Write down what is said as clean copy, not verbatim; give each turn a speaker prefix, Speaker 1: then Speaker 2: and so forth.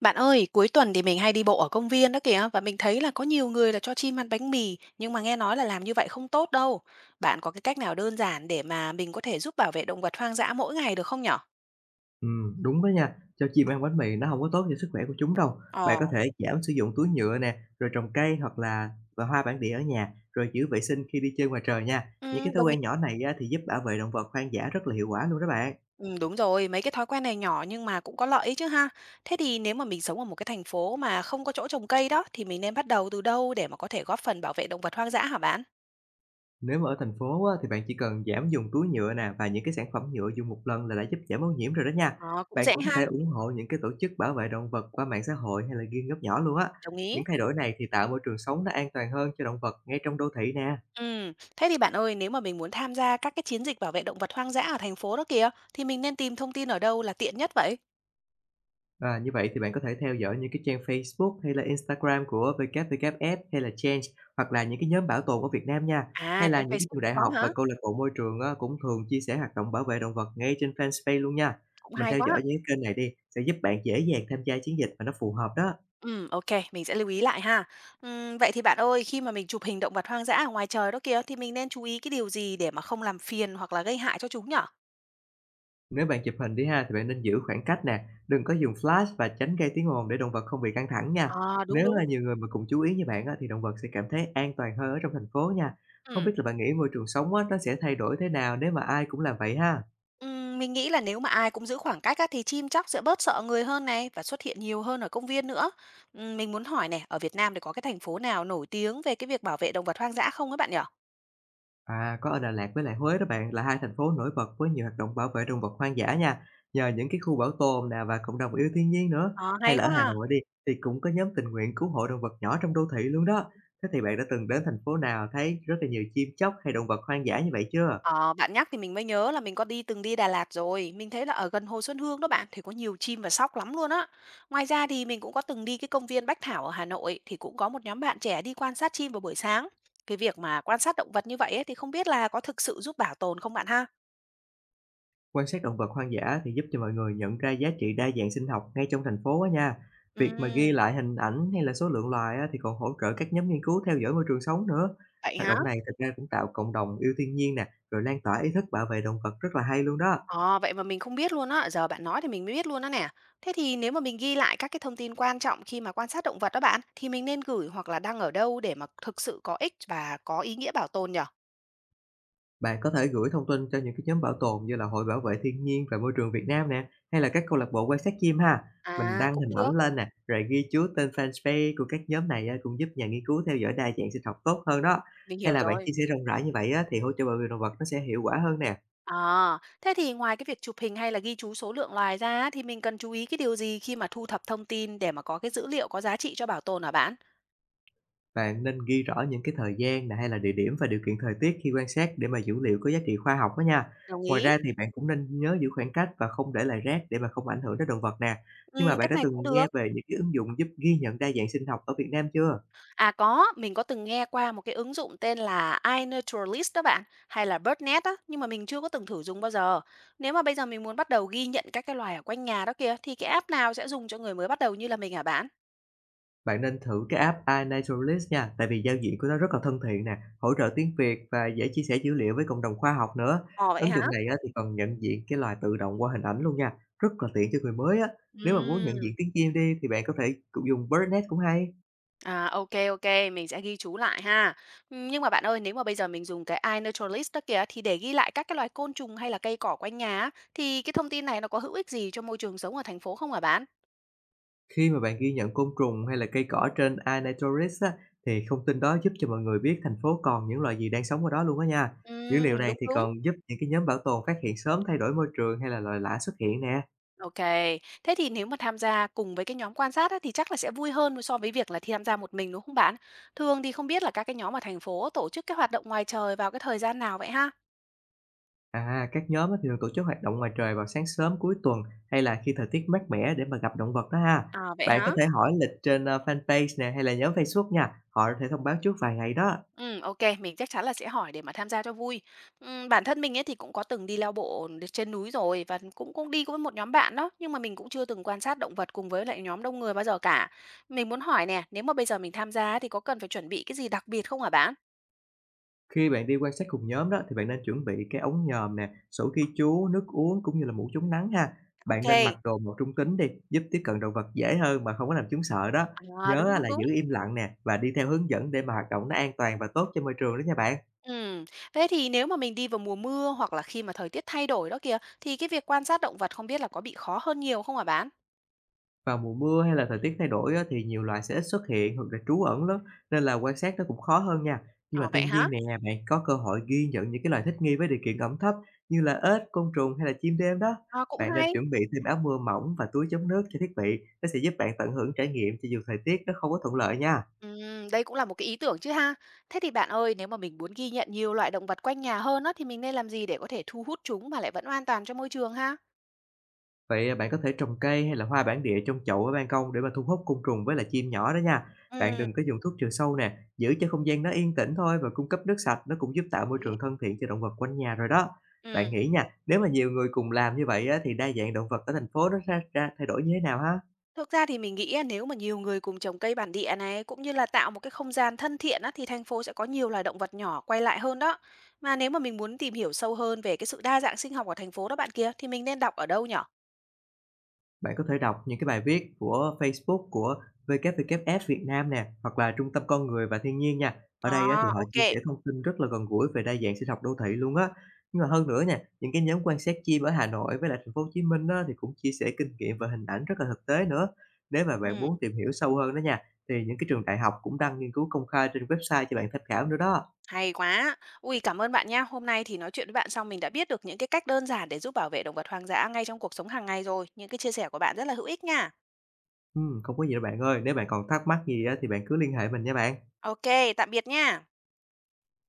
Speaker 1: Bạn ơi, cuối tuần thì mình hay đi bộ ở công viên đó kìa và mình thấy là có nhiều người là cho chim ăn bánh mì nhưng mà nghe nói là làm như vậy không tốt đâu. Bạn có cái cách nào đơn giản để mà mình có thể giúp bảo vệ động vật hoang dã mỗi ngày được không nhở?
Speaker 2: Đúng đó nha. Cho chim ăn bánh mì nó không có tốt cho sức khỏe của chúng đâu. Bạn
Speaker 1: Ờ,
Speaker 2: có thể giảm sử dụng túi nhựa nè, rồi trồng cây hoặc là và hoa bản địa ở nhà, rồi giữ vệ sinh khi đi chơi ngoài trời nha. Những
Speaker 1: ừ,
Speaker 2: cái thói
Speaker 1: đồng ý.
Speaker 2: quen nhỏ này á, thì giúp bảo vệ động vật hoang dã rất là hiệu quả luôn đó bạn.
Speaker 1: Ừ, đúng rồi, mấy cái thói quen này nhỏ nhưng mà cũng có lợi ấy chứ ha. Thế thì nếu mà mình sống ở một cái thành phố mà không có chỗ trồng cây đó thì mình nên bắt đầu từ đâu để mà có thể góp phần bảo vệ động vật hoang dã hả bạn?
Speaker 2: Nếu mà ở thành phố á, thì bạn chỉ cần giảm dùng túi nhựa nè và những cái sản phẩm nhựa dùng một lần là đã giúp giảm ô nhiễm rồi đó nha.
Speaker 1: Ờ, cũng
Speaker 2: Bạn
Speaker 1: dễ
Speaker 2: cũng có thể
Speaker 1: ha.
Speaker 2: ủng hộ những cái tổ chức bảo vệ động vật qua mạng xã hội hay là quyên góp nhỏ luôn á.
Speaker 1: Đồng ý.
Speaker 2: Những thay đổi này thì tạo môi trường sống nó an toàn hơn cho động vật ngay trong đô thị nè.
Speaker 1: Ừ, thế thì bạn ơi, nếu mà mình muốn tham gia các cái chiến dịch bảo vệ động vật hoang dã ở thành phố đó kìa, thì mình nên tìm thông tin ở đâu là tiện nhất vậy?
Speaker 2: À, như vậy thì bạn có thể theo dõi những cái trang Facebook hay là Instagram của WWF hay là Change hoặc là những cái nhóm bảo tồn ở Việt Nam nha. Hay
Speaker 1: À,
Speaker 2: là
Speaker 1: trên
Speaker 2: những cái
Speaker 1: Facebook
Speaker 2: trường
Speaker 1: cũng
Speaker 2: đại
Speaker 1: có
Speaker 2: học và
Speaker 1: hả?
Speaker 2: câu lạc bộ môi trường á, cũng thường chia sẻ hoạt động bảo vệ động vật ngay trên fanpage luôn nha.
Speaker 1: Cũng
Speaker 2: Mình
Speaker 1: hay
Speaker 2: theo dõi
Speaker 1: quá.
Speaker 2: những cái kênh này đi, sẽ giúp bạn dễ dàng tham gia chiến dịch mà nó phù hợp đó.
Speaker 1: Ừ, ok, mình sẽ lưu ý lại ha. Ừ, vậy thì bạn ơi, khi mà mình chụp hình động vật hoang dã ở ngoài trời đó kìa, thì mình nên chú ý cái điều gì để mà không làm phiền hoặc là gây hại cho chúng nhở?
Speaker 2: Nếu bạn chụp hình đi ha, thì bạn nên giữ khoảng cách nè, đừng có dùng flash và tránh gây tiếng ồn để động vật không bị căng thẳng nha.
Speaker 1: À, đúng
Speaker 2: Nếu
Speaker 1: đúng.
Speaker 2: là nhiều người mà cùng chú ý như bạn á, thì động vật sẽ cảm thấy an toàn hơn ở trong thành phố nha. Không biết
Speaker 1: Ừ.
Speaker 2: là bạn nghĩ môi trường sống á, nó sẽ thay đổi thế nào nếu mà ai cũng làm vậy ha?
Speaker 1: Mình nghĩ là nếu mà ai cũng giữ khoảng cách á, thì chim tróc sẽ bớt sợ người hơn này và xuất hiện nhiều hơn ở công viên nữa. Mình muốn hỏi này, ở Việt Nam thì có cái thành phố nào nổi tiếng về cái việc bảo vệ động vật hoang dã không các bạn nhỉ?
Speaker 2: À, có ở Đà Lạt với lại Huế đó bạn, là hai thành phố nổi bật với nhiều hoạt động bảo vệ động vật hoang dã nha. Nhờ những cái khu bảo tồn nè và cộng đồng yêu thiên nhiên nữa.
Speaker 1: Ờ,
Speaker 2: Hay
Speaker 1: hay
Speaker 2: là ở
Speaker 1: quá
Speaker 2: Hà
Speaker 1: ha.
Speaker 2: Nội đi, thì cũng có nhóm tình nguyện cứu hộ động vật nhỏ trong đô thị luôn đó. Thế thì bạn đã từng đến thành phố nào thấy rất là nhiều chim chóc hay động vật hoang dã như vậy chưa?
Speaker 1: Ờ, bạn nhắc thì mình mới nhớ là mình có đi từng đi Đà Lạt rồi. Mình thấy là ở gần Hồ Xuân Hương đó bạn thì có nhiều chim và sóc lắm luôn á. Ngoài ra thì mình cũng có từng đi cái công viên Bách Thảo ở Hà Nội thì cũng có một nhóm bạn trẻ đi quan sát chim vào buổi sáng. Cái việc mà quan sát động vật như vậy ấy, thì không biết là có thực sự giúp bảo tồn không bạn ha?
Speaker 2: Quan sát động vật hoang dã thì giúp cho mọi người nhận ra giá trị đa dạng sinh học ngay trong thành phố á nha. Việc mà ghi
Speaker 1: Ừm,
Speaker 2: lại hình ảnh hay là số lượng loài á, thì còn hỗ trợ các nhóm nghiên cứu theo dõi môi trường sống nữa.
Speaker 1: vậy
Speaker 2: Hoạt
Speaker 1: hả?
Speaker 2: động này thực ra cũng tạo cộng đồng yêu thiên nhiên nè, rồi lan tỏa ý thức bảo vệ động vật rất là hay luôn đó.
Speaker 1: Ờ, vậy mà mình không biết luôn á, giờ bạn nói thì mình mới biết luôn đó nè. Thế thì nếu mà mình ghi lại các cái thông tin quan trọng khi mà quan sát động vật đó bạn, thì mình nên gửi hoặc là đăng ở đâu để mà thực sự có ích và có ý nghĩa bảo tồn nhở?
Speaker 2: Bạn có thể gửi thông tin cho những cái nhóm bảo tồn như là Hội Bảo vệ Thiên nhiên và Môi trường Việt Nam nè, hay là các câu lạc bộ quan sát chim ha. Mình
Speaker 1: À,
Speaker 2: đăng
Speaker 1: cũng
Speaker 2: hình
Speaker 1: được,
Speaker 2: ảnh lên nè, rồi ghi chú tên fanpage của các nhóm này á, cũng giúp nhà nghiên cứu theo dõi đa dạng sinh học tốt hơn đó.
Speaker 1: mình
Speaker 2: Hay
Speaker 1: hiểu
Speaker 2: là bạn
Speaker 1: rồi.
Speaker 2: chia sẻ rộng rãi như vậy á, thì hỗ trợ bảo vệ động vật nó sẽ hiệu quả hơn nè.
Speaker 1: À thế thì ngoài cái việc chụp hình hay là ghi chú số lượng loài ra á, thì mình cần chú ý cái điều gì khi mà thu thập thông tin để mà có cái dữ liệu có giá trị cho bảo tồn hả bạn?
Speaker 2: Bạn nên ghi rõ những cái thời gian này hay là địa điểm và điều kiện thời tiết khi quan sát để mà dữ liệu có giá trị khoa học đó nha.
Speaker 1: Đồng
Speaker 2: Ngoài
Speaker 1: ý.
Speaker 2: ra thì bạn cũng nên nhớ giữ khoảng cách và không để lại rác để mà không ảnh hưởng đến động vật nè.
Speaker 1: Ừ,
Speaker 2: Nhưng mà bạn
Speaker 1: cách
Speaker 2: đã
Speaker 1: này cũng
Speaker 2: từng nghe
Speaker 1: được.
Speaker 2: về những cái ứng dụng giúp ghi nhận đa dạng sinh học ở Việt Nam chưa?
Speaker 1: À có, mình có từng nghe qua một cái ứng dụng tên là iNaturalist đó bạn, hay là BirdNet á, nhưng mà mình chưa có từng thử dùng bao giờ. Nếu mà bây giờ mình muốn bắt đầu ghi nhận các cái loài ở quanh nhà đó kìa, thì cái app nào sẽ dùng cho người mới bắt đầu như là mình hả bạn?
Speaker 2: Bạn nên thử cái app iNaturalist nha, tại vì giao diện của nó rất là thân thiện nè, hỗ trợ tiếng Việt và dễ chia sẻ dữ liệu với cộng đồng khoa học nữa.
Speaker 1: Ồ vậy
Speaker 2: Ứng
Speaker 1: hả?
Speaker 2: dụng này á, thì còn nhận diện cái loài tự động qua hình ảnh luôn nha, rất là tiện cho người mới á. Nếu mà muốn nhận
Speaker 1: Ừm,
Speaker 2: diện tiếng chim đi thì bạn có thể cũng dùng BirdNet cũng hay.
Speaker 1: À ok ok, mình sẽ ghi chú lại ha. Nhưng mà bạn ơi, nếu mà bây giờ mình dùng cái iNaturalist đó kìa, thì để ghi lại các cái loài côn trùng hay là cây cỏ quanh nhà á, thì cái thông tin này nó có hữu ích gì cho môi trường sống ở thành phố không hả bạn?
Speaker 2: Khi mà bạn ghi nhận côn trùng hay là cây cỏ trên iNaturalist á, thì thông tin đó giúp cho mọi người biết thành phố còn những loài gì đang sống ở đó luôn á nha.
Speaker 1: Ừ,
Speaker 2: Dữ liệu này
Speaker 1: đúng
Speaker 2: thì
Speaker 1: đúng.
Speaker 2: còn giúp những cái nhóm bảo tồn phát hiện sớm thay đổi môi trường hay là loài lạ xuất hiện nè.
Speaker 1: OK. Thế thì nếu mà tham gia cùng với cái nhóm quan sát á, thì chắc là sẽ vui hơn so với việc là tham gia một mình, đúng không bạn? Thường thì không biết là các cái nhóm ở thành phố tổ chức cái hoạt động ngoài trời vào cái thời gian nào vậy ha?
Speaker 2: À, các nhóm á thì thường tổ chức hoạt động ngoài trời vào sáng sớm cuối tuần hay là khi thời tiết mát mẻ để mà gặp động vật đó ha.
Speaker 1: À, vậy
Speaker 2: Bạn có
Speaker 1: hả?
Speaker 2: thể hỏi lịch trên fanpage nè hay là nhóm Facebook nha, họ có thể thông báo trước vài ngày đó.
Speaker 1: OK, mình chắc chắn là sẽ hỏi để mà tham gia cho vui. Bản thân mình ấy thì cũng có từng đi leo bộ trên núi rồi và cũng cũng đi với một nhóm bạn đó, nhưng mà mình cũng chưa từng quan sát động vật cùng với lại nhóm đông người bao giờ cả. Mình muốn hỏi nè, nếu mà bây giờ mình tham gia thì có cần phải chuẩn bị cái gì đặc biệt không hả bạn?
Speaker 2: Khi bạn đi quan sát cùng nhóm đó thì bạn nên chuẩn bị cái ống nhòm nè, sổ ghi chú, nước uống cũng như là mũ chống nắng ha. Bạn nên mặc
Speaker 1: OK.
Speaker 2: đồ màu trung tính đi, giúp tiếp cận động vật dễ hơn mà không có làm chúng sợ đó.
Speaker 1: À,
Speaker 2: Nhớ
Speaker 1: đúng
Speaker 2: á,
Speaker 1: đúng
Speaker 2: là giữ
Speaker 1: đúng.
Speaker 2: im lặng nè và đi theo hướng dẫn để mà hoạt động nó an toàn và tốt cho môi trường đó nha bạn.
Speaker 1: Ừm, thế thì nếu mà mình đi vào mùa mưa hoặc là khi mà thời tiết thay đổi đó kìa, thì cái việc quan sát động vật không biết là có bị khó hơn nhiều không hả bạn?
Speaker 2: Vào mùa mưa hay là thời tiết thay đổi á, thì nhiều loài sẽ ít xuất hiện hoặc là trú ẩn lắm, nên là quan sát nó cũng khó hơn nha. Nhưng mà
Speaker 1: Ờ
Speaker 2: tuy
Speaker 1: vậy hả?
Speaker 2: nhiên nè, bạn có cơ hội ghi nhận những cái loài thích nghi với điều kiện ẩm thấp như là ếch, côn trùng hay là chim đêm đó.
Speaker 1: À, cũng
Speaker 2: Bạn nên
Speaker 1: hay.
Speaker 2: chuẩn bị thêm áo mưa mỏng và túi chống nước cho thiết bị, nó sẽ giúp bạn tận hưởng trải nghiệm cho dù thời tiết nó không có thuận lợi nha.
Speaker 1: Đây cũng là một cái ý tưởng chứ ha. Thế thì bạn ơi, nếu mà mình muốn ghi nhận nhiều loại động vật quanh nhà hơn á, thì mình nên làm gì để có thể thu hút chúng mà lại vẫn an toàn cho môi trường ha?
Speaker 2: Vậy à, bạn có thể trồng cây hay là hoa bản địa trong chậu ở ban công để mà thu hút côn trùng với là chim nhỏ đó nha. Bạn
Speaker 1: Ừ.
Speaker 2: đừng có dùng thuốc trừ sâu nè, giữ cho không gian nó yên tĩnh thôi và cung cấp nước sạch, nó cũng giúp tạo môi
Speaker 1: Ý.
Speaker 2: trường thân thiện cho động vật quanh nhà rồi đó.
Speaker 1: Ừ.
Speaker 2: Bạn nghĩ nha, nếu mà nhiều người cùng làm như vậy á, thì đa dạng động vật ở thành phố nó ra thay đổi như thế nào ha?
Speaker 1: Thực ra thì mình nghĩ á, nếu mà nhiều người cùng trồng cây bản địa này cũng như là tạo một cái không gian thân thiện á, thì thành phố sẽ có nhiều loài động vật nhỏ quay lại hơn đó. Mà nếu mà mình muốn tìm hiểu sâu hơn về cái sự đa dạng sinh học ở thành phố đó bạn kia thì mình nên đọc ở đâu nhở?
Speaker 2: Bạn có thể đọc những cái bài viết của Facebook của WWF Việt Nam nè, hoặc là Trung tâm Con người và Thiên nhiên nha. Ở đây á, thì
Speaker 1: À,
Speaker 2: họ
Speaker 1: ok.
Speaker 2: chia sẻ thông tin rất là gần gũi về đa dạng sinh học đô thị luôn á. Nhưng mà hơn nữa nha, những cái nhóm quan sát chim ở Hà Nội với lại thành phố Hồ Chí Minh á, thì cũng chia sẻ kinh nghiệm và hình ảnh rất là thực tế nữa. Nếu mà bạn muốn
Speaker 1: Ừ,
Speaker 2: tìm hiểu sâu hơn đó nha, thì những cái trường đại học cũng đăng nghiên cứu công khai trên website cho bạn tham khảo nữa đó.
Speaker 1: hay quá. Ui, cảm ơn bạn nha. Hôm nay thì nói chuyện với bạn xong mình đã biết được những cái cách đơn giản để giúp bảo vệ động vật hoang dã ngay trong cuộc sống hàng ngày rồi. Những cái chia sẻ của bạn rất là hữu ích nha.
Speaker 2: Không có gì đâu bạn ơi, nếu bạn còn thắc mắc gì á, thì bạn cứ liên hệ mình nha bạn.
Speaker 1: Ok, tạm biệt nha.